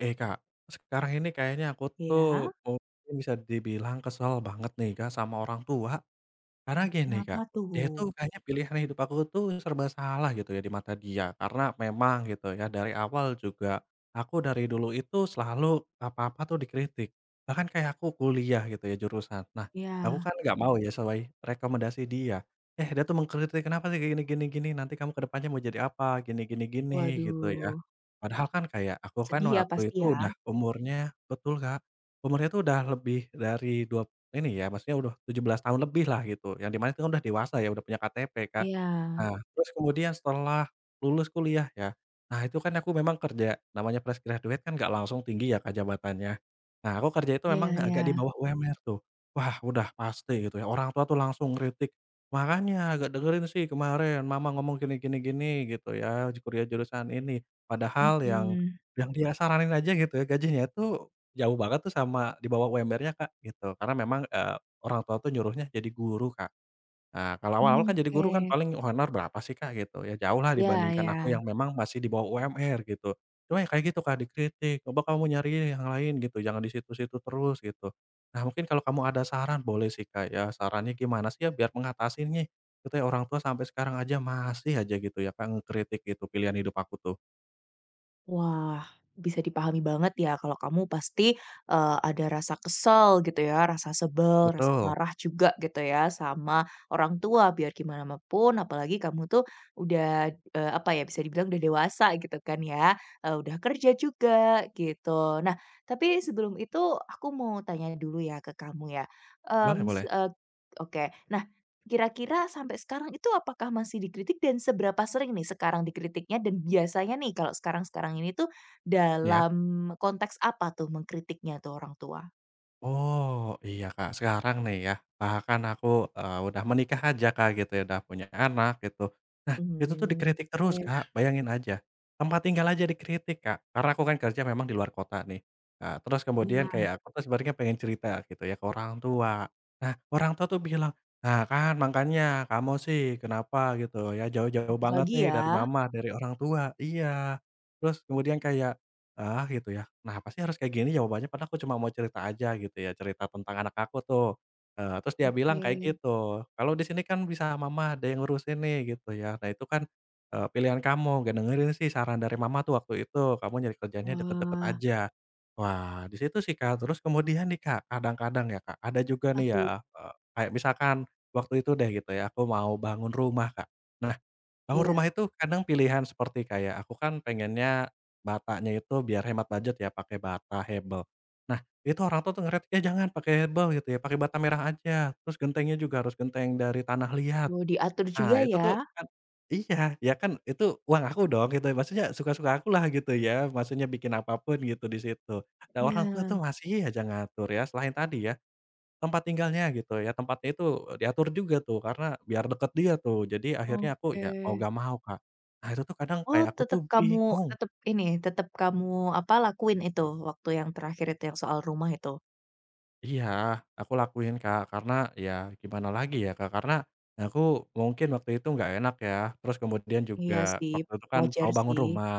Eh, Kak, sekarang ini kayaknya aku Iya. tuh mungkin bisa dibilang kesel banget nih, Kak, sama orang tua. Karena gini Kak, Kenapa tuh? dia itu kayaknya pilihan hidup aku tuh serba salah gitu ya di mata dia, karena memang gitu ya dari awal juga aku dari dulu itu selalu apa-apa tuh dikritik, bahkan kayak aku kuliah gitu ya jurusan. Nah, aku Iya. kan nggak mau ya sesuai rekomendasi dia, eh dia tuh mengkritik, "Kenapa sih kayak gini gini gini, nanti kamu ke depannya mau jadi apa, gini gini gini," gitu ya. Waduh, Padahal kan kayak aku kan sedih ya waktu pasti itu ya? udah umurnya betul Kak, umurnya tuh udah lebih dari 20 ini ya, maksudnya udah 17 tahun lebih lah gitu, yang di mana itu kan udah dewasa ya, udah punya KTP, Kak. Iya. Nah, terus kemudian setelah lulus kuliah ya, nah itu kan aku memang kerja, namanya fresh graduate kan nggak langsung tinggi ya, Kak, jabatannya. Nah, aku kerja itu Iya, memang iya. agak di bawah UMR tuh. Wah, udah pasti gitu ya, orang tua tuh langsung ngeritik, "Makanya nggak dengerin sih kemarin mama ngomong gini gini gini," gitu ya, "kuliah jurusan ini." Padahal yang Mhm. yang dia saranin aja gitu ya, gajinya itu jauh banget tuh sama di bawah UMR-nya, Kak, gitu. Karena memang, orang tua tuh nyuruhnya jadi guru, Kak. Nah, kalau awal-awal kan jadi guru kan Oke. paling honor berapa sih, Kak, gitu. Ya jauh lah Iya, dibandingkan iya. aku yang memang masih di bawah UMR gitu. Cuma ya kayak gitu, Kak, dikritik, "Coba kamu nyari yang lain gitu, jangan di situ-situ terus," gitu. Nah, mungkin kalau kamu ada saran boleh sih, Kak, ya sarannya gimana sih ya biar mengatasi nih, itu ya orang tua sampai sekarang aja masih aja gitu ya, Kak, ngekritik gitu pilihan hidup aku tuh. Wah, bisa dipahami banget ya kalau kamu pasti, ada rasa kesel gitu ya, rasa sebel, rasa Betul, marah juga gitu ya sama orang tua, biar gimana ma pun apalagi kamu tuh udah, apa ya, bisa dibilang udah dewasa gitu kan ya, udah kerja juga gitu. Nah, tapi sebelum itu aku mau tanya dulu ya ke kamu ya, mmm, boleh s boleh, eee, oke. Nah, kira-kira sampai sekarang itu apakah masih dikritik dan seberapa sering nih sekarang dikritiknya dan biasanya nih kalau sekarang-sekarang ini tuh iya. dalam konteks apa tuh mengkritiknya tuh orang tua? Oh, iya, Kak. Sekarang nih ya, bahkan aku, udah menikah aja, Kak, gitu ya, udah punya anak gitu. Nah, itu tuh Mmm, dikritik terus, iya, Kak, bayangin aja. Tempat tinggal aja dikritik, Kak, karena aku kan kerja memang di luar kota nih. Nah, terus iya. kemudian kayak aku tuh sebenarnya pengen cerita gitu ya ke orang tua. Nah, orang tua tuh bilang, "Nah, kan makanya kamu sih kenapa gitu ya jauh-jauh Kritik banget lagi nih ya? dari mama, dari orang tua." Iya. Terus kemudian kayak ah, gitu ya. Kenapa sih harus kayak gini jawabannya padahal aku cuma mau cerita aja gitu ya, cerita tentang anak aku tuh. Eee, terus dia bilang Oke. kayak gitu, "Kalau di sini kan bisa mama ada yang ngurusin nih," gitu ya. "Nah itu kan, pilihan kamu, nggak dengerin sih saran dari mama tuh waktu itu, kamu nyari kerjaannya deket-deket Wah, aja." Wah, di situ sih, Kak. Terus kemudian nih, Kak, kadang-kadang ya, Kak, ada juga apa nih tuh? ya, kayak misalkan waktu itu deh gitu ya, aku mau bangun rumah, Kak. Nah, bangun Iya, rumah itu kadang pilihan seperti kayak aku kan pengennya batanya itu biar hemat budget ya pakai bata hebel. Nah, itu orang tua tuh ngeret, "Ya jangan pakai hebel," gitu ya, "pakai bata merah aja, terus gentengnya juga harus genteng dari tanah liat." mau diatur juga Ah, itu ya? tuh kan iya, ya kan itu uang aku dong gitu, ya, maksudnya suka-suka aku lah gitu ya, maksudnya bikin apapun gitu di situ. Nah, orang tua tuh Iya. masih aja ngatur ya, selain tadi ya tempat tinggalnya gitu ya, tempatnya itu diatur juga tuh karena biar deket dia tuh. Jadi akhirnya aku Oke. ya mau gak mau, Kak. Nah itu tuh kadang Oh, kayak aku tuh tetap kamu bingung. tetap ini, tetap kamu apa, lakuin itu waktu yang terakhir itu yang soal rumah itu? Iya, aku lakuin, Kak, karena ya gimana lagi ya, Kak, karena aku mungkin waktu itu nggak enak ya, terus kemudian juga Iya sih, waktu itu kan mau wajar bangun sih. rumah.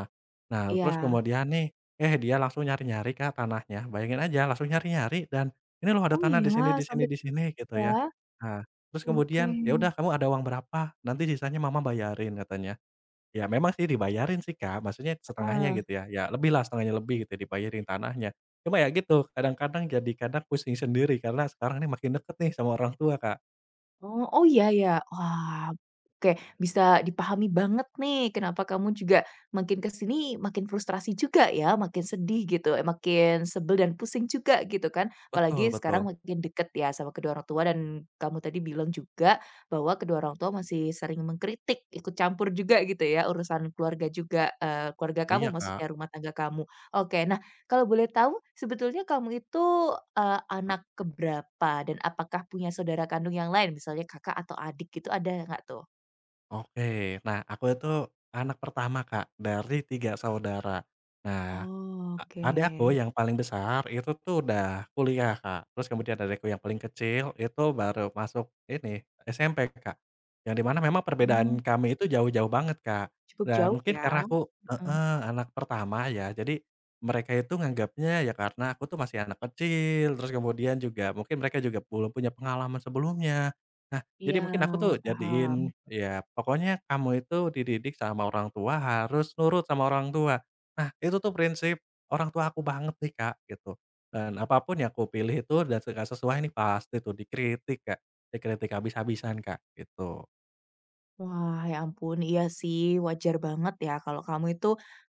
Nah, terus Iya. kemudian nih, eh, dia langsung nyari-nyari, Kak, tanahnya. Bayangin aja langsung nyari-nyari dan, "Ini loh ada Oh tanah di iya, sini di sini sampai di situ sini," gitu ya? ya. Nah, terus Oke. kemudian, "Ya udah kamu ada uang berapa? Nanti sisanya mama bayarin," katanya. Ya memang sih dibayarin sih, Kak, maksudnya setengahnya Heeh. gitu ya, ya lebih lah setengahnya lebih gitu ya, dibayarin tanahnya. Cuma ya gitu, kadang-kadang jadi kadang pusing sendiri karena sekarang ini makin deket nih sama orang tua, Kak. Oh, oh, iya ya. Wah, oke, bisa dipahami banget nih kenapa kamu juga makin ke sini makin frustrasi juga ya, makin sedih gitu, makin sebel dan pusing juga gitu kan. Apalagi Betul sekarang betul. makin deket ya sama kedua orang tua dan kamu tadi bilang juga bahwa kedua orang tua masih sering mengkritik, ikut campur juga gitu ya urusan keluarga juga, keluarga kamu Iya, Kak. maksudnya rumah tangga kamu. Oke, kalau boleh tahu, sebetulnya kamu itu, anak keberapa dan apakah punya saudara kandung yang lain, misalnya kakak atau adik gitu, ada nggak tuh? Oke, nah aku itu anak pertama, Kak, dari 3 saudara. Nah Oh, A adekku oke. yang paling besar itu tuh udah kuliah, Kak. Terus kemudian adekku yang paling kecil itu baru masuk ini, SMP, Kak. Yang di mana memang perbedaan Mmm, kami itu jauh-jauh banget, Kak. cukup Dan jauh mungkin ya? karena aku Mhm. heeh, anak pertama ya, jadi mereka itu nganggapnya ya karena aku tuh masih anak kecil, terus kemudian juga mungkin mereka juga belum punya pengalaman sebelumnya. Nah, jadi Iya, mungkin aku tuh jadiin paham. ya pokoknya kamu itu dididik sama orang tua harus nurut sama orang tua. Nah, itu tuh prinsip orang tua aku banget nih, Kak, gitu. Dan apapun yang aku pilih itu dan nggak sesuai nih pasti tuh dikritik, Kak, dikritik habis-habisan, Kak, gitu. Wah, ya ampun, iya sih, wajar banget ya kalau kamu itu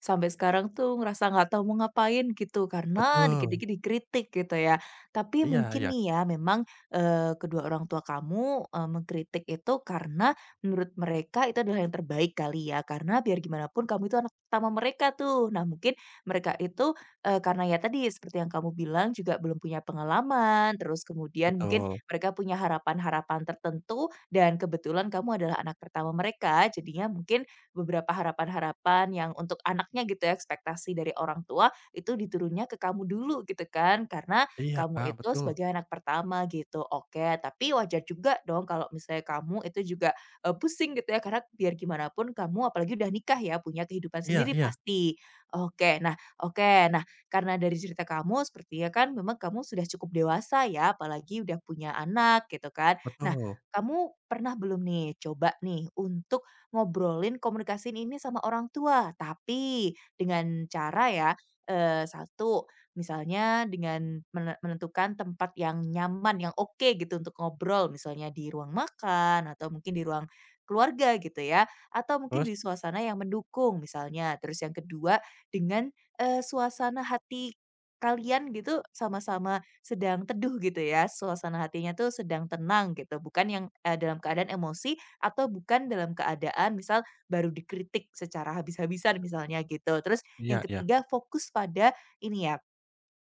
sampai sekarang tuh ngerasa nggak tahu mau ngapain gitu karena Betul, dikit-dikit dikritik gitu ya. Tapi iya mungkin iya, nih ya, memang kedua orang tua kamu mengkritik itu karena menurut mereka itu adalah yang terbaik kali ya. Karena biar gimana pun kamu itu anak pertama mereka tuh. Nah, mungkin mereka itu karena ya tadi seperti yang kamu bilang juga belum punya pengalaman, terus kemudian mungkin betul. mereka punya harapan-harapan tertentu dan kebetulan kamu adalah anak pertama mereka, jadinya mungkin beberapa harapan-harapan yang untuk anaknya gitu ya, ekspektasi dari orang tua itu diturunnya ke kamu dulu gitu kan, karena Iya, kamu Kak, itu betul. sebagai anak pertama gitu. Oke, tapi wajar juga dong kalau misalnya kamu itu juga, pusing gitu ya, karena biar gimana pun kamu apalagi udah nikah ya, punya kehidupan Iya sendiri iya, pasti. Oke, nah, oke, nah, karena dari cerita kamu sepertinya kan memang kamu sudah cukup dewasa ya, apalagi udah punya anak gitu kan. Nah, betul. kamu pernah belum nih, coba nih untuk ngobrolin, komunikasiin ini sama orang tua, tapi dengan cara ya, 1 misalnya dengan menentukan tempat yang nyaman, yang oke gitu untuk ngobrol, misalnya di ruang makan atau mungkin di ruang keluarga gitu ya, atau mungkin Terus di suasana yang mendukung misalnya. Terus yang kedua dengan, suasana hati kalian gitu sama-sama sedang teduh gitu ya, suasana hatinya tuh sedang tenang gitu, bukan yang, dalam keadaan emosi atau bukan dalam keadaan misal baru dikritik secara habis-habisan misalnya gitu. Terus yang iya iya, ketiga fokus pada ini ya,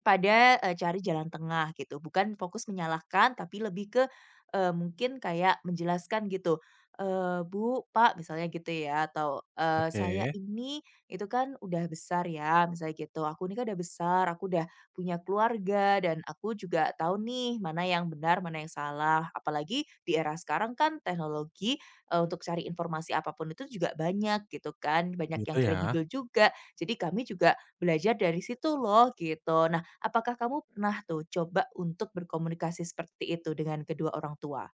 pada, cari jalan tengah gitu, bukan fokus menyalahkan, tapi lebih ke, mungkin kayak menjelaskan gitu, "Bu, Pak," misalnya gitu ya, atau, oke, "Saya ini itu kan udah besar ya," misalnya gitu, "aku ini kan udah besar, aku udah punya keluarga dan aku juga tahu nih mana yang benar, mana yang salah." Apalagi di era sekarang kan teknologi, untuk cari informasi apapun itu juga banyak gitu kan, banyak gitu yang ya. kredibel juga. Jadi kami juga belajar dari situ loh, gitu. Nah, apakah kamu pernah tuh coba untuk berkomunikasi seperti itu dengan kedua orang tua?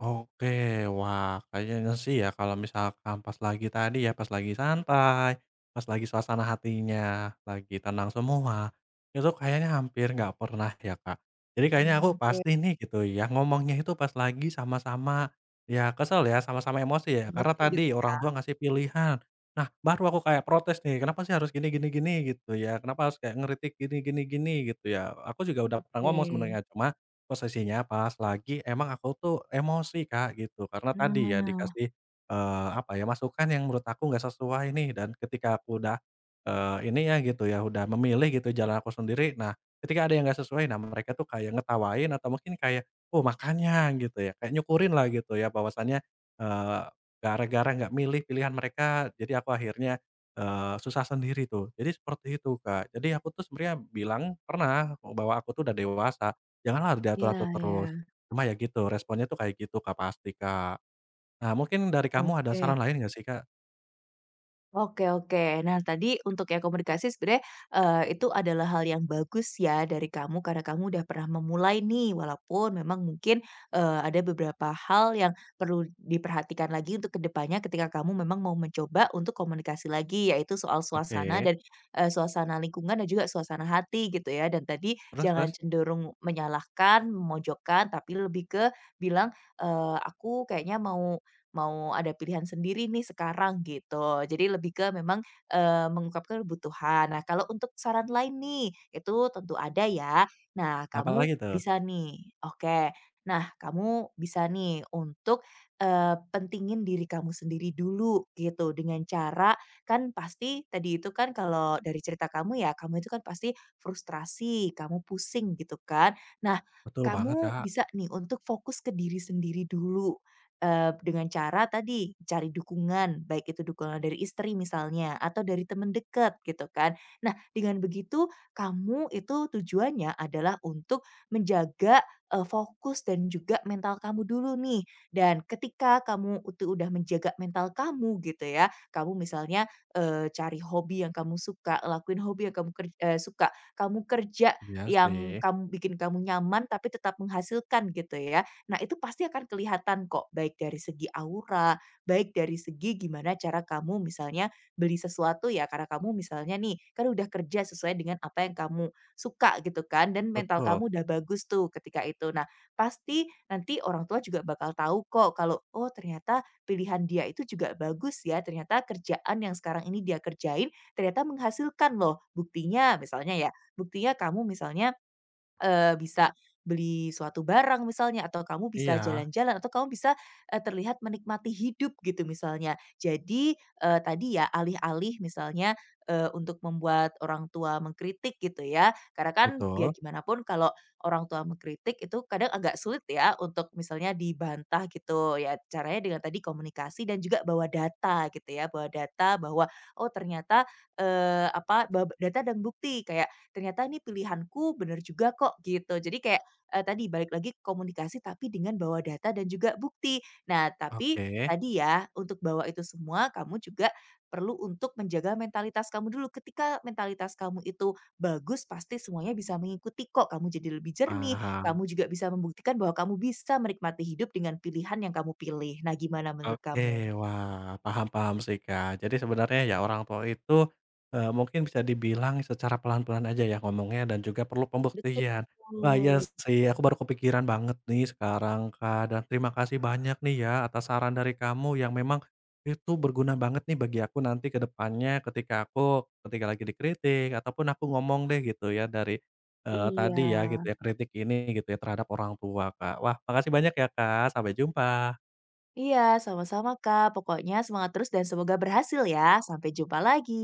Oke, wah kayaknya sih ya kalau misalkan pas lagi tadi ya, pas lagi santai, pas lagi suasana hatinya lagi tenang semua, itu kayaknya hampir nggak pernah ya, Kak. Jadi kayaknya aku Mmm, oke. pasti nih gitu ya, ngomongnya itu pas lagi sama-sama ya kesel ya, sama-sama emosi ya, karena Emosi gitu tadi ya? orang tua ngasih pilihan. Nah, baru aku kayak protes nih, "Kenapa sih harus gini gini gini?" Gitu ya, "Kenapa harus kayak ngeritik gini gini gini?" Gitu ya. Aku juga udah pernah Oke. ngomong sebenarnya, cuman posisinya pas lagi emang aku tuh emosi, Kak, gitu. Karena tadi ya Nah. dikasih, apa ya, masukan yang menurut aku nggak sesuai nih dan ketika aku udah, ini ya gitu ya, udah memilih gitu jalan aku sendiri, nah ketika ada yang nggak sesuai, nah mereka tuh kayak ngetawain atau mungkin kayak, "Oh makanya," gitu ya, kayak nyukurin lah gitu ya bahwasannya, eee, gara-gara nggak milih pilihan mereka, jadi aku akhirnya, susah sendiri tuh. Jadi seperti itu, Kak. Jadi aku tuh sebenarnya bilang pernah bahwa aku tuh udah dewasa janganlah harus Iya, diatur-atur iya, terus. Cuma ya gitu, responnya tuh kayak gitu Kak, pasti Kak. Nah mungkin dari kamu ada oke. saran lain nggak sih Kak? Oke, oke. Nah, tadi untuk yang komunikasi sebenarnya, itu adalah hal yang bagus ya dari kamu karena kamu udah pernah memulai nih walaupun memang mungkin, ada beberapa hal yang perlu diperhatikan lagi untuk kedepannya ketika kamu memang mau mencoba untuk komunikasi lagi yaitu soal suasana Oke, dan, suasana lingkungan dan juga suasana hati gitu ya dan tadi terus jangan terus? cenderung menyalahkan, memojokkan tapi lebih ke bilang, "Aku kayaknya mau mau ada pilihan sendiri nih sekarang gitu. Jadi lebih ke memang, mengungkapkan kebutuhan. Nah, kalau untuk saran lain nih, itu tentu ada ya. Nah, kamu Apalagi tuh? bisa nih oke, nah kamu bisa nih untuk, pentingin diri kamu sendiri dulu gitu dengan cara kan pasti tadi itu kan kalau dari cerita kamu ya, kamu itu kan pasti frustrasi, kamu pusing gitu kan. Nah, Betul banget kamu Kak. bisa nih untuk fokus ke diri sendiri dulu. Dengan cara tadi, cari dukungan, baik itu dukungan dari istri misalnya, atau dari teman dekat gitu kan. Nah, dengan begitu kamu itu tujuannya adalah untuk menjaga, fokus dan juga mental kamu dulu nih. Dan ketika kamu itu udah menjaga mental kamu gitu ya, kamu misalnya, cari hobi yang kamu suka, lakuin hobi yang suka, kamu kerja Iya yang sih, kamu bikin kamu nyaman tapi tetap menghasilkan gitu ya. Nah, itu pasti akan kelihatan kok, baik dari segi aura, baik dari segi gimana cara kamu misalnya beli sesuatu ya, karena kamu misalnya nih, kan udah kerja sesuai dengan apa yang kamu suka gitu kan, dan mental betul. kamu udah bagus tuh ketika itu. Nah, pasti nanti orang tua juga bakal tahu kok kalau, oh ternyata pilihan dia itu juga bagus ya, ternyata kerjaan yang sekarang ini dia kerjain ternyata menghasilkan loh. Buktinya misalnya ya, buktinya kamu misalnya bisa beli suatu barang misalnya, atau kamu bisa Iya, jalan-jalan, atau kamu bisa, terlihat menikmati hidup gitu misalnya. Jadi, tadi ya alih-alih misalnya, untuk membuat orang tua mengkritik gitu ya, karena kan betul. biar gimana pun kalau orang tua mengkritik itu kadang agak sulit ya untuk misalnya dibantah gitu ya, caranya dengan tadi komunikasi dan juga bawa data gitu ya, bawa data bahwa, oh ternyata, eee, apa, ba data dan bukti kayak ternyata ini pilihanku bener juga kok gitu. Jadi kayak, tadi balik lagi ke komunikasi tapi dengan bawa data dan juga bukti. Nah, tapi Oke, tadi ya untuk bawa itu semua kamu juga perlu untuk menjaga mentalitas kamu dulu. Ketika mentalitas kamu itu bagus pasti semuanya bisa mengikuti kok, kamu jadi lebih jernih, paham. kamu juga bisa membuktikan bahwa kamu bisa menikmati hidup dengan pilihan yang kamu pilih. Nah, gimana menurut Oke, kamu? wah, paham paham sih, Kak. Jadi sebenarnya ya orang tua itu, mungkin bisa dibilang secara pelan-pelan aja ya ngomongnya dan juga perlu pembuktian. Wah, iya Betul. sih, aku baru kepikiran banget nih sekarang, Kak, dan terima kasih banyak nih ya atas saran dari kamu yang memang itu berguna banget nih bagi aku nanti ke depannya ketika aku ketika lagi dikritik ataupun aku ngomong deh gitu ya dari, Iya. tadi ya gitu ya kritik ini gitu ya terhadap orang tua, Kak. Wah, makasih banyak ya, Kak. Sampai jumpa. Iya, sama-sama Kak. Pokoknya semangat terus dan semoga berhasil ya. Sampai jumpa lagi.